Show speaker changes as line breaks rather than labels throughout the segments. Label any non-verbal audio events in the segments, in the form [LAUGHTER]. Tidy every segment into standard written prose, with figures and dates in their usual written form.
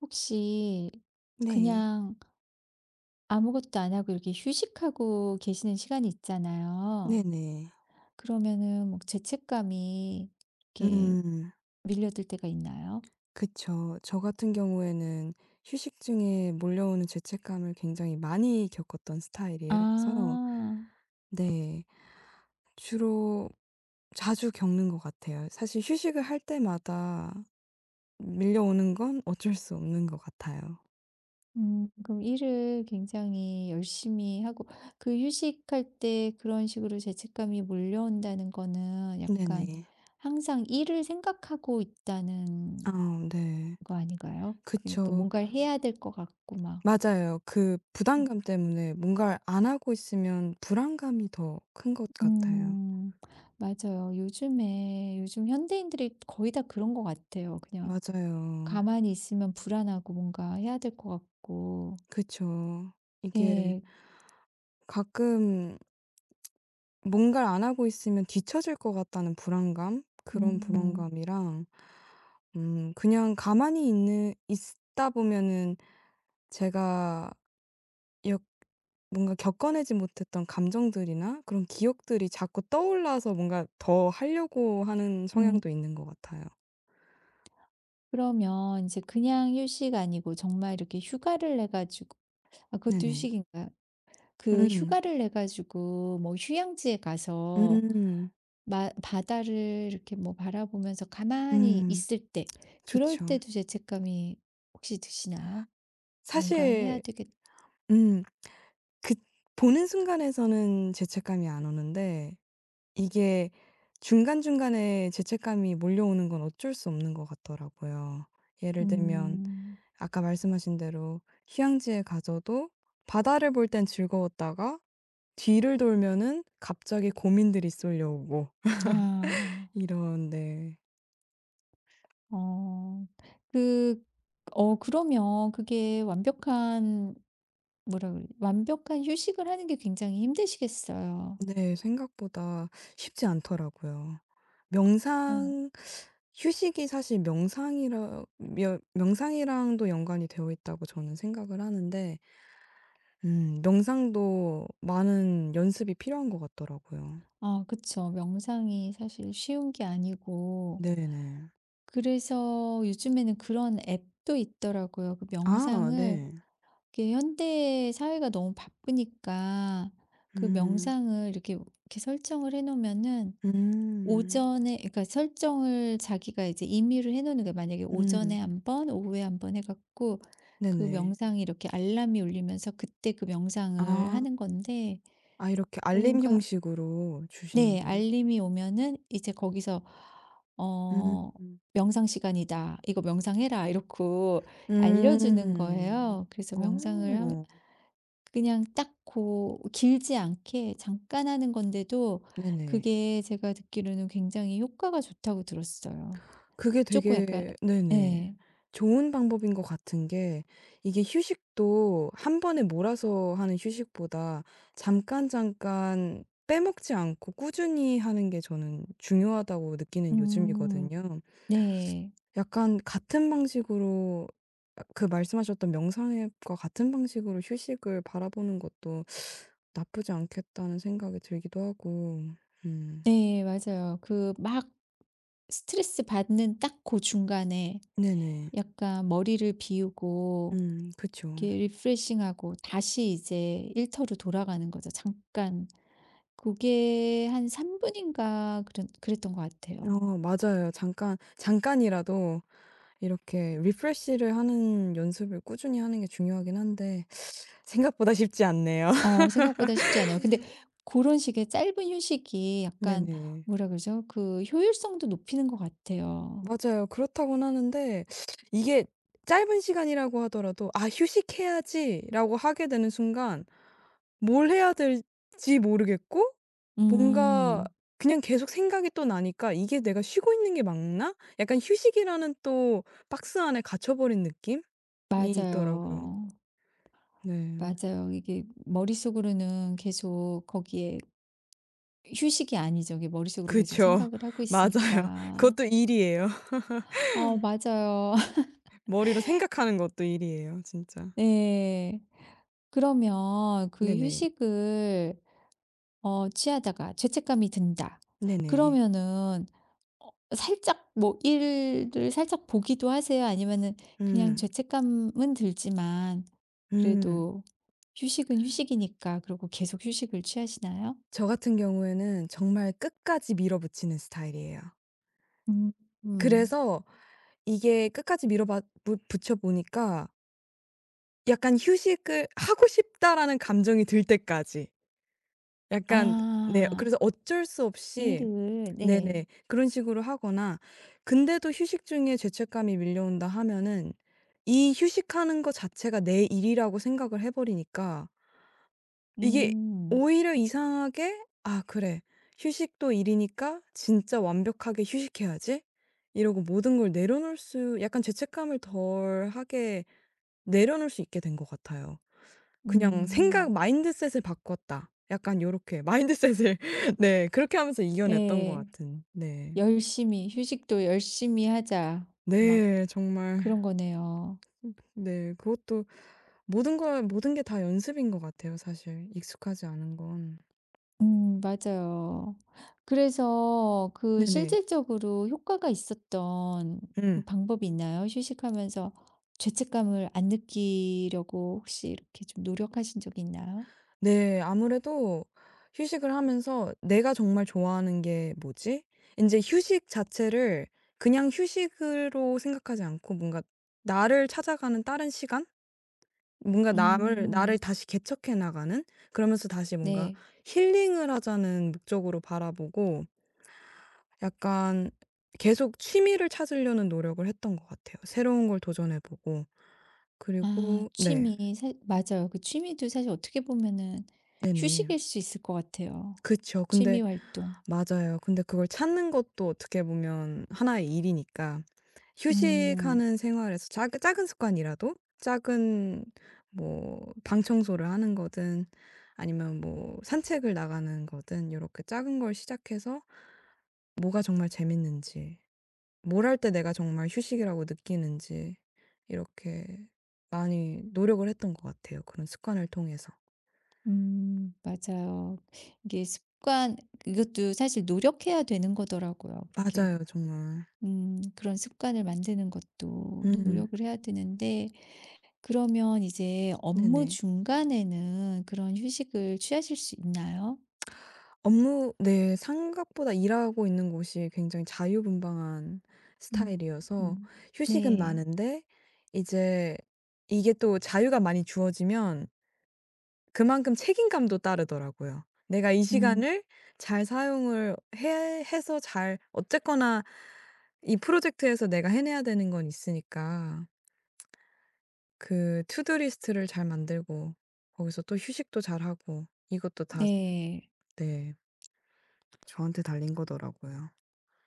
혹시
네.
그냥 아무것도 안 하고 이렇게 휴식하고 계시는 시간이 있잖아요.
네네.
그러면은 뭐 죄책감이 이렇게
음.
밀려들 때가 있나요?
그쵸. 저 같은 경우에는 휴식 중에 몰려오는 죄책감을 굉장히 많이 겪었던
아,
스타일이어서 네. 주로 자주 겪는 것 같아요. 사실 휴식을 할 때마다 밀려오는 건 어쩔 수 없는 것 같아요.
그럼 일을 굉장히 열심히 하고 그 휴식할 때 그런 식으로 죄책감이 몰려온다는 거는 약간
네네.
항상 일을 생각하고 있다는
아 네.
거 아닌가요? 그러니까
그쵸.
뭔가를 해야 될 것 같고 막.
맞아요. 그 부담감 때문에 뭔가를 안 하고 있으면 불안감이 더 큰 것 같아요.
음. 맞아요. 요즘 현대인들이 거의 다 그런 것 같아요. 그냥
맞아요.
가만히 있으면 불안하고 뭔가 해야 될 것 같고.
그쵸. 이게
네.
가끔 뭔가를 안 하고 있으면 뒤처질 것 같다는 불안감? 그런
음.
불안감이랑 그냥 가만히 있는 있다 보면은 제가 역 뭔가 겪어내지 못했던 감정들이나 그런 기억들이 자꾸 떠올라서 뭔가 더 하려고 하는
음.
성향도 있는 것 같아요.
그러면 이제 그냥 휴식 아니고 정말 이렇게 휴가를 내 가지고 아 그것도
네네.
휴식인가요? 그
음.
휴가를 내 가지고 뭐 휴양지에 가서
음.
마 바다를 이렇게 뭐 바라보면서 가만히
음.
있을 때 그럴
좋죠.
때도 죄책감이 혹시 드시나요? 뭔가 해야
사실
되겠
음 그 보는 순간에서는 죄책감이 안 오는데 이게 중간중간에 죄책감이 몰려오는 건 어쩔 수 없는 것 같더라고요. 예를 들면
음.
아까 말씀하신 대로 휴양지에 가서도 바다를 볼 땐 즐거웠다가 뒤를 돌면은 갑자기 고민들이 쏠려오고
아.
이런 네.
어. 그 어 그러면 그게 완벽한 뭐라 그래 완벽한 휴식을 하는 게 굉장히 힘드시겠어요.
네 생각보다 쉽지 않더라고요.
어.
명상 휴식이 사실 명상이라 며 명상이랑도 연관이 되어 있다고 저는 생각을 하는데 명상도 많은 연습이 필요한 것 같더라고요.
아 그쵸. 명상이 사실 쉬운 게 아니고
네네.
그래서 요즘에는 그런 앱도 있더라고요. 그
아
명상을
네.
이게 현대 사회가 너무 바쁘니까 그
음.
명상을 이렇게 설정을 해 놓으면은
음.
오전에 그러니까 설정을 자기가 이제 임의로 해 놓는 거예요. 만약에 오전에
음.
한번 오후에 한번 해 갖고 그
네네.
명상이 이렇게 알람이 울리면서 그때 그 명상을
아.
하는 건데
아 이렇게 알림
뭔가
형식으로
네.
주시는구나.
알림이 오면은 이제 거기서
음.
어 "명상 시간이다. 이거 명상해라." 이렇고 알려 주는
음.
거예요. 그래서 명상을 하면
어.
그냥 딱 고 길지 않게 잠깐 하는 건데도
네네.
그게 제가 듣기로는 굉장히 효과가 좋다고 들었어요.
그게
조금 약간
되게 네네.
네,
좋은 방법인 것 같은 게 이게 휴식도 한 번에 몰아서 하는 휴식보다 잠깐 잠깐 빼먹지 않고 꾸준히 하는 게 저는 중요하다고 느끼는
음.
요즘이거든요.
네.
약간 같은 방식으로 아 그 말씀하셨던 명상앱과 같은 방식으로 휴식을 바라보는 것도 '나쁘지 않겠다.'는 생각이 들기도 하고. 음.
네. 맞아요. 그 막 스트레스 받는 딱 고 중간에
네네.
약간 머리를 비우고
그쵸.
이렇게 리프레싱하고 다시 이제 일터로 돌아가는 거죠 잠깐. 그게 한 3분 분인가 그랬던 것 같아요.
어 맞아요. 잠깐 잠깐이라도 이렇게 리프레시를 하는 연습을 꾸준히 하는 게 중요하긴 한데 생각보다 쉽지 않네요. [LAUGHS]
어 생각보다 쉽지 않아요. 근데 그런 식의 짧은 휴식이 약간
네네.
뭐라 그러죠? 그 효율성도 높이는 것 같아요.
맞아요. 그렇다고는 하는데 이게 짧은 시간이라고 하더라도 '아 휴식해야지.'라고 하게 되는 순간 뭘 해야 될지 모르겠고 뭔가
음.
그냥 계속 생각이 또 나니까 '이게 내가 쉬고 있는 게 맞나?' 약간 휴식이라는 또 박스 안에 갇혀 버린 느낌이 있더라고요.
맞아요.
네.
맞아요. 이게 머릿속으로는 계속 거기에 휴식이 아니죠. 이게 머릿속으로 계속
그쵸.
생각을 하고
[LAUGHS] 맞아요.
있으니까.
그것도 일이에요.
어 맞아요. [LAUGHS]
머리로 생각하는 것도 일이에요 진짜.
네. 그러면 그
네네.
휴식을 어 취하다가 죄책감이 든다.
네네.
그러면은 어 살짝 뭐 일을 살짝 보기도 하세요? 아니면은 그냥
음.
죄책감은 들지만
음.
그래도 휴식은 휴식이니까 그러고 계속 휴식을 취하시나요?
저 같은 경우에는 정말 끝까지 밀어붙이는 스타일이에요.
음. 음.
그래서 이게 끝까지 밀어봐 부 붙여 보니까 약간 '휴식을 하고 싶다.'라는 감정이 들 때까지 약간 네 그래서
아.
어쩔 수 없이
일을 네.
네네. 그런 식으로 하거나 근데도 휴식 중에 죄책감이 밀려온다 하면은 이 휴식하는 거 자체가 내 일이라고 생각을 해 버리니까 이게
음.
오히려 이상하게 '아 그래. 휴식도 일이니까 진짜 완벽하게 휴식해야지.' 이러고 모든 걸 내려놓을 수 약간 죄책감을 덜하게 내려놓을 수 있게 된 것 같아요.
음.
그냥 '생각
음.
마인드셋을 바꿨다.' 약간 요렇게 마인드셋을 [LAUGHS] 네 그렇게 하면서 이겨냈던 것
네.
같은 네.
열심히 '휴식도 열심히 하자.' 막
네. 정말
그런 거네요.
네. 그것도 모든 게 다 연습인 것 같아요 사실 익숙하지 않은 건.
맞아요. 그래서 그
네네.
실질적으로 효과가 있었던
음.
방법이 있나요? 휴식하면서 죄책감을 안 느끼려고 혹시 이렇게 좀 노력하신 적이 있나요?
네. 아무래도 휴식을 하면서 '내가 정말 좋아하는 게 뭐지?' 이제 휴식 자체를 그냥 휴식으로 생각하지 않고 뭔가 나를 찾아가는 다른 시간? 뭔가 남을 나를
음
다시 개척해 나가는? 그러면서 다시 뭔가
네.
힐링을 하자는 목적으로 바라보고 약간 계속 취미를 찾으려는 노력을 했던 것 같아요. 새로운 걸 도전해 보고.
아
그리고 네.
취미 사 맞아요. 그 취미도 사실 어떻게 보면은
네네.
휴식일 수 있을 것 같아요.
그쵸.
취미
근데
활동.
맞아요. 근데 그걸 찾는 것도 어떻게 보면 하나의 일이니까
음.
휴식하는 생활에서 작 작은 습관이라도 작은 뭐 방 청소를 하는 거든 아니면 뭐 산책을 나가는 거든 이렇게 작은 걸 시작해서 뭐가 정말 재밌는지 뭘 할 때 내가 정말 휴식이라고 느끼는지 이렇게 많이 노력을 했던 것 같아요, 그런 습관을 통해서.
맞아요. 이게 습관 이것도 사실 노력해야 되는 거더라고요 그렇게.
맞아요, 정말.
그런 습관을 만드는 것도
음
노력을 해야 되는데 그러면 이제 업무
네네.
중간에는 그런 휴식을 취하실 수 있나요?
업무 네 생각보다 일하고 있는 곳이 굉장히 자유분방한
음.
스타일이어서
음.
휴식은
네.
많은데 이제 이게 또 자유가 많이 주어지면 그만큼 책임감도 따르더라고요. 내가 이
음
시간을 잘 사용을 해 해서 잘 어쨌거나 이 프로젝트에서 내가 해내야 되는 건 있으니까 그 투두 리스트를 잘 만들고 거기서 또 휴식도 잘하고 이것도 다
네.
네. 저한테 달린 거더라고요.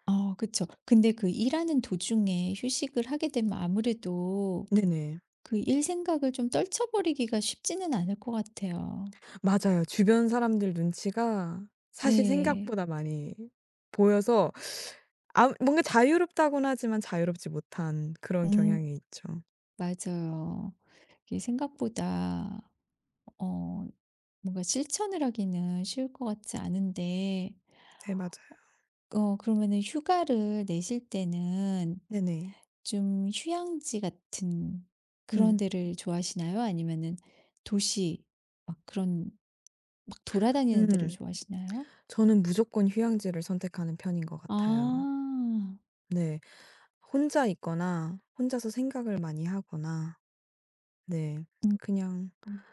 어 그쵸. 근데 그 일하는 도중에 휴식을 하게 되면 아무래도
네네.
그 일 생각을 좀 떨쳐버리기가 쉽지는 않을 것 같아요.
맞아요. 주변 사람들 눈치가 사실
네.
생각보다 많이 보여서 아 뭔가 자유롭다고는 하지만 자유롭지 못한 그런
음
경향이 있죠.
맞아요. 이게 생각보다 어 뭔가 실천을 하기는 쉬울 것 같지 않은데,
네 맞아요.
어, 그러면은 휴가를 내실 때는
네네.
좀 휴양지 같은 그런
음.
데를 좋아하시나요? 아니면은 도시, 막 그런, 막 돌아다니는 데를
음.
좋아하시나요?
저는 무조건 휴양지를 선택하는 편인 것 같아요.
아,
네. 혼자 있거나 혼자서 생각을 많이 하거나 네.
음,
그냥
음.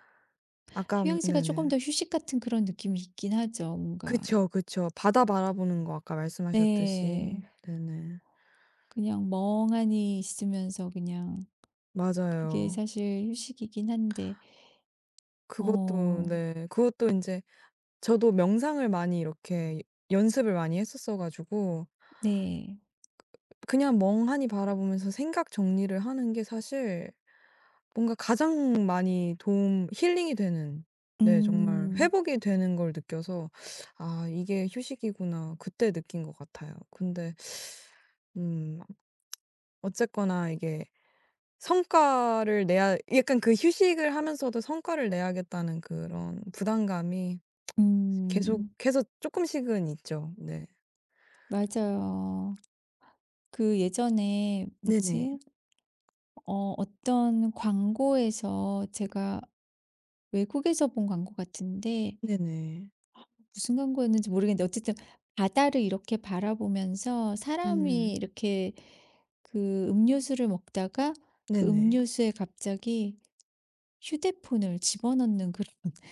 아까
휴양지가
네네.
조금 더 휴식 같은 그런 느낌이 있긴 하죠, 뭔가.
그쵸, 그쵸. 바다 바라보는 거 아까
네,
말씀하셨듯이. 네네.
그냥 멍하니 있으면서 그냥 그게
맞아요.
사실 휴식이긴 한데,
그것도
어,
네. 그것도 인제 저도 명상을 많이 이렇게 연습을 많이 했었어 가지고
네.
그냥 멍하니 바라보면서 생각 정리를 하는 게 사실 뭔가 가장 많이 도움 힐링이 되는 네 정말
음.
회복이 되는 걸 느껴서 '아 이게 휴식이구나.' 그때 느낀 것 같아요. 근데 음 어쨌거나 이게 성과를 내야 약간 그 휴식을 하면서도 성과를 내야겠다는 그런 부담감이
음.
계속해서 조금씩은 있죠. 네.
맞아요. 그 예전에
네네.
뭐지? 어 어떤 광고에서 제가 외국에서 본 광고 같은데
네네.
무슨 광고였는지 모르겠는데 어쨌든 바다를 이렇게 바라보면서 사람이
음.
이렇게 그 음료수를 먹다가 그
네네.
음료수에 갑자기 휴대폰을 집어넣는 그런 [LAUGHS]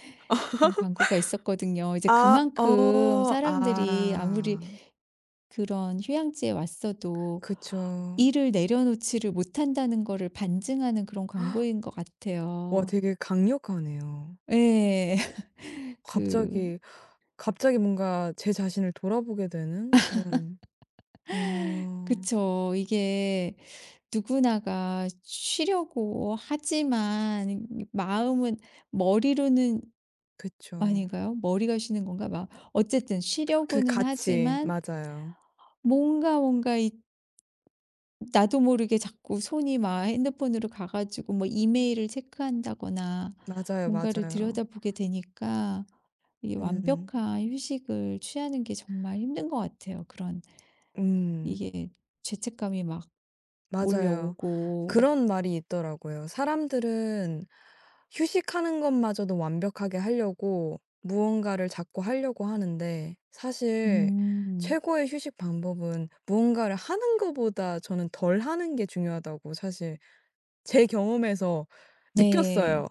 그런 광고가 있었거든요. 이제
아
그만큼
어
사람들이 아무리
아.
그런 휴양지에 왔어도
그쵸.
일을 내려놓지를 못한다는 거를 반증하는 그런 광고인 것
와
같아요.
되게 강력하네요.
예. [LAUGHS] 그
갑자기 갑자기 뭔가 제 자신을 돌아보게 되는 그런 아
그쵸. 이게 누구나가 쉬려고 하지만 마음은 머리로는
그쵸.
아닌가요? 머리가 쉬는 건가? 막 어쨌든
그
쉬려고는
같이
하지만
맞아요.
뭔가 이 나도 모르게 자꾸 손이 막 핸드폰으로 가 가지고 뭐 이메일을 체크한다거나
맞아요,
뭔가를
맞아요.
들여다보게 되니까 이
음.
완벽한 휴식을 취하는 게 정말 힘든 것 같아요. 그런
음.
이게 죄책감이 막
맞아요.
몰려오고.
그런 말이 있더라고요. 사람들은 휴식하는 것마저도 완벽하게 하려고 무언가를 자꾸 하려고 하는데 사실
음.
최고의 휴식 방법은 무언가를 하는 것보다 저는 덜 하는 게 중요하다고 사실 제 경험에서
네.
느꼈어요.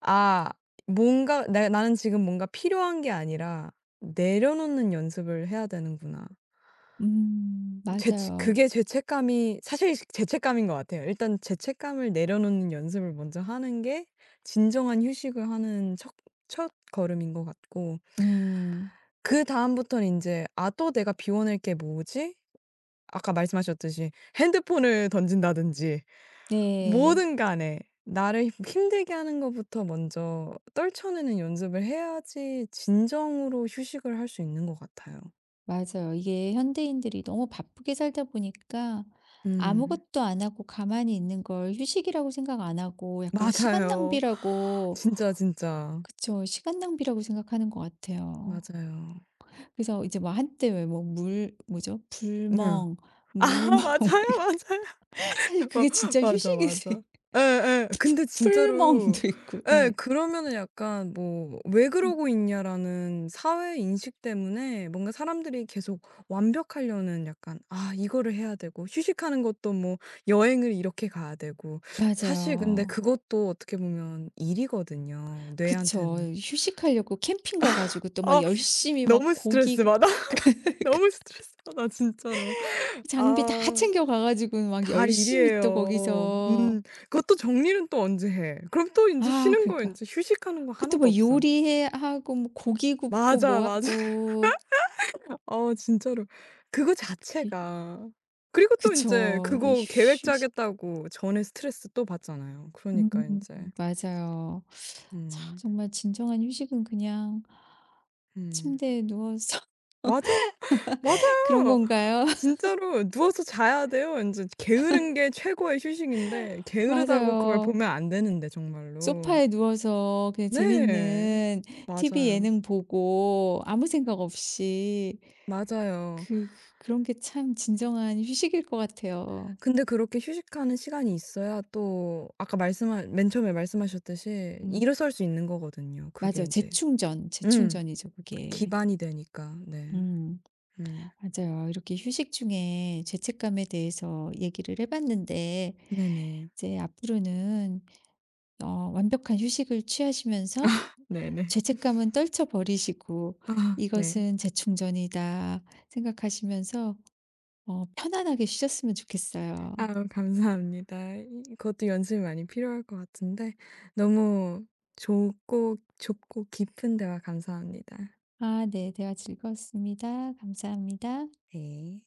아 뭔가 내 '나는 지금 뭔가 필요한 게 아니라 내려놓는 연습을 해야 되는구나.' 죄
맞아요.
그게 죄책감이 사실 죄책감인 것 같아요. 일단 죄책감을 내려놓는 연습을 먼저 하는 게 진정한 휴식을 하는 첫 첫걸음인 것 같고
음.
그다음부터는 이제 '아 또 내가 비워낼 게 뭐지?' 아까 말씀하셨듯이 핸드폰을 던진다든지
네.
뭐든 간에 나를 힘 힘들게 하는 것부터 먼저 떨쳐내는 연습을 해야지 진정으로 휴식을 할 수 있는 것 같아요.
맞아요. 이게 현대인들이 너무 바쁘게 살다 보니까
음.
아무것도 안 하고 가만히 있는 걸 휴식이라고 생각 안 하고
[LAUGHS]
약간 시간
맞아요.
낭비라고
진짜, 진짜.
그쵸. 시간 낭비라고 생각하는 것 같아요.
맞아요.
그래서 이제 막 한때 왜 뭐 물 뭐죠?
네.
불멍,
아
물멍
[LAUGHS]
[LAUGHS] 막
맞아요,
이런
맞아요.
사실
[LAUGHS] 어
그게 진짜
맞아,
휴식이세요.
맞아. 예예.
[LAUGHS]
근데 진짜로
풀멍도 있고.
예
예.
그러면은 약간 뭐 '왜 그러고 있냐.'라는 사회 인식 때문에 뭔가 사람들이 계속 완벽하려는 약간 '아 이거를 해야 되고 휴식하는 것도 뭐 여행을 이렇게 가야 되고.' 사실 근데
맞아요.
그것도 어떻게 보면 일이거든요,
그쵸.
뇌한테는.
휴식하려고 캠핑 가 가지고 또 막
아
열심히 막
너무 스트레스
고기
받아. [LAUGHS] 너무
[LAUGHS]
스트레스 받아 진짜로.
장비 다
아.
챙겨 가 가지고 막
다
열심히 또
일이에요.
거기서
음. 그것도 정리는 또 언제 해. 그럼 또 인제
아
쉬는 거
그러니까
인제 휴식하는 거
그때 뭐
하나도 없어요.
요리해 하고 뭐 고기 굽고
맞아,
뭐
맞아. [LAUGHS]
하고
어 진짜로. 그거
이
자체가 그리고 또 인제
그쵸. 이게
그거 계획
휴 휴식
짜겠다고 전에 스트레스 또 받잖아요. 그러니까
음
인제
맞아요. 참
음.
정말 진정한 휴식은 그냥
음.
침대에 누워서
맞아요.
[LAUGHS] 그런
맞아요.
건가요? [LAUGHS]
진짜로 누워서 자야 돼요. 인제 게으른 게 최고의 휴식인데 게으르다고 그걸
맞아요.
보면 안 되는데 정말로.
소파에 누워서 그냥
네.
재밌는 TV
맞아요.
예능 보고 아무 생각 없이
맞아요.
그 그런 게 참 진정한 휴식일 것 같아요.
근데 그렇게 휴식하는 시간이 있어야 또 아까 말씀한 맨 처음에 말씀하셨듯이
음
일어설 수 있는 거거든요. 그게
맞아요.
이제
재충전,
음
재충전이죠 그게.
기반이 되니까. 네.
음
음.
맞아요. 이렇게 휴식 중에 죄책감에 대해서 얘기를 해 봤는데
네네.
이제 앞으로는 어 완벽한 휴식을 취하시면서
네네.
죄책감은 떨쳐 버리시고
[LAUGHS] 아 네.
'이것은 재충전이다.' 생각하시면서 어 편안하게 쉬셨으면 좋겠어요.
아 감사합니다. 이 그것도 연습이 많이 필요할 것 같은데 너무 좋고 좁고 깊은 대화 감사합니다.
아 네. 대화 즐거웠습니다. 감사합니다.
네.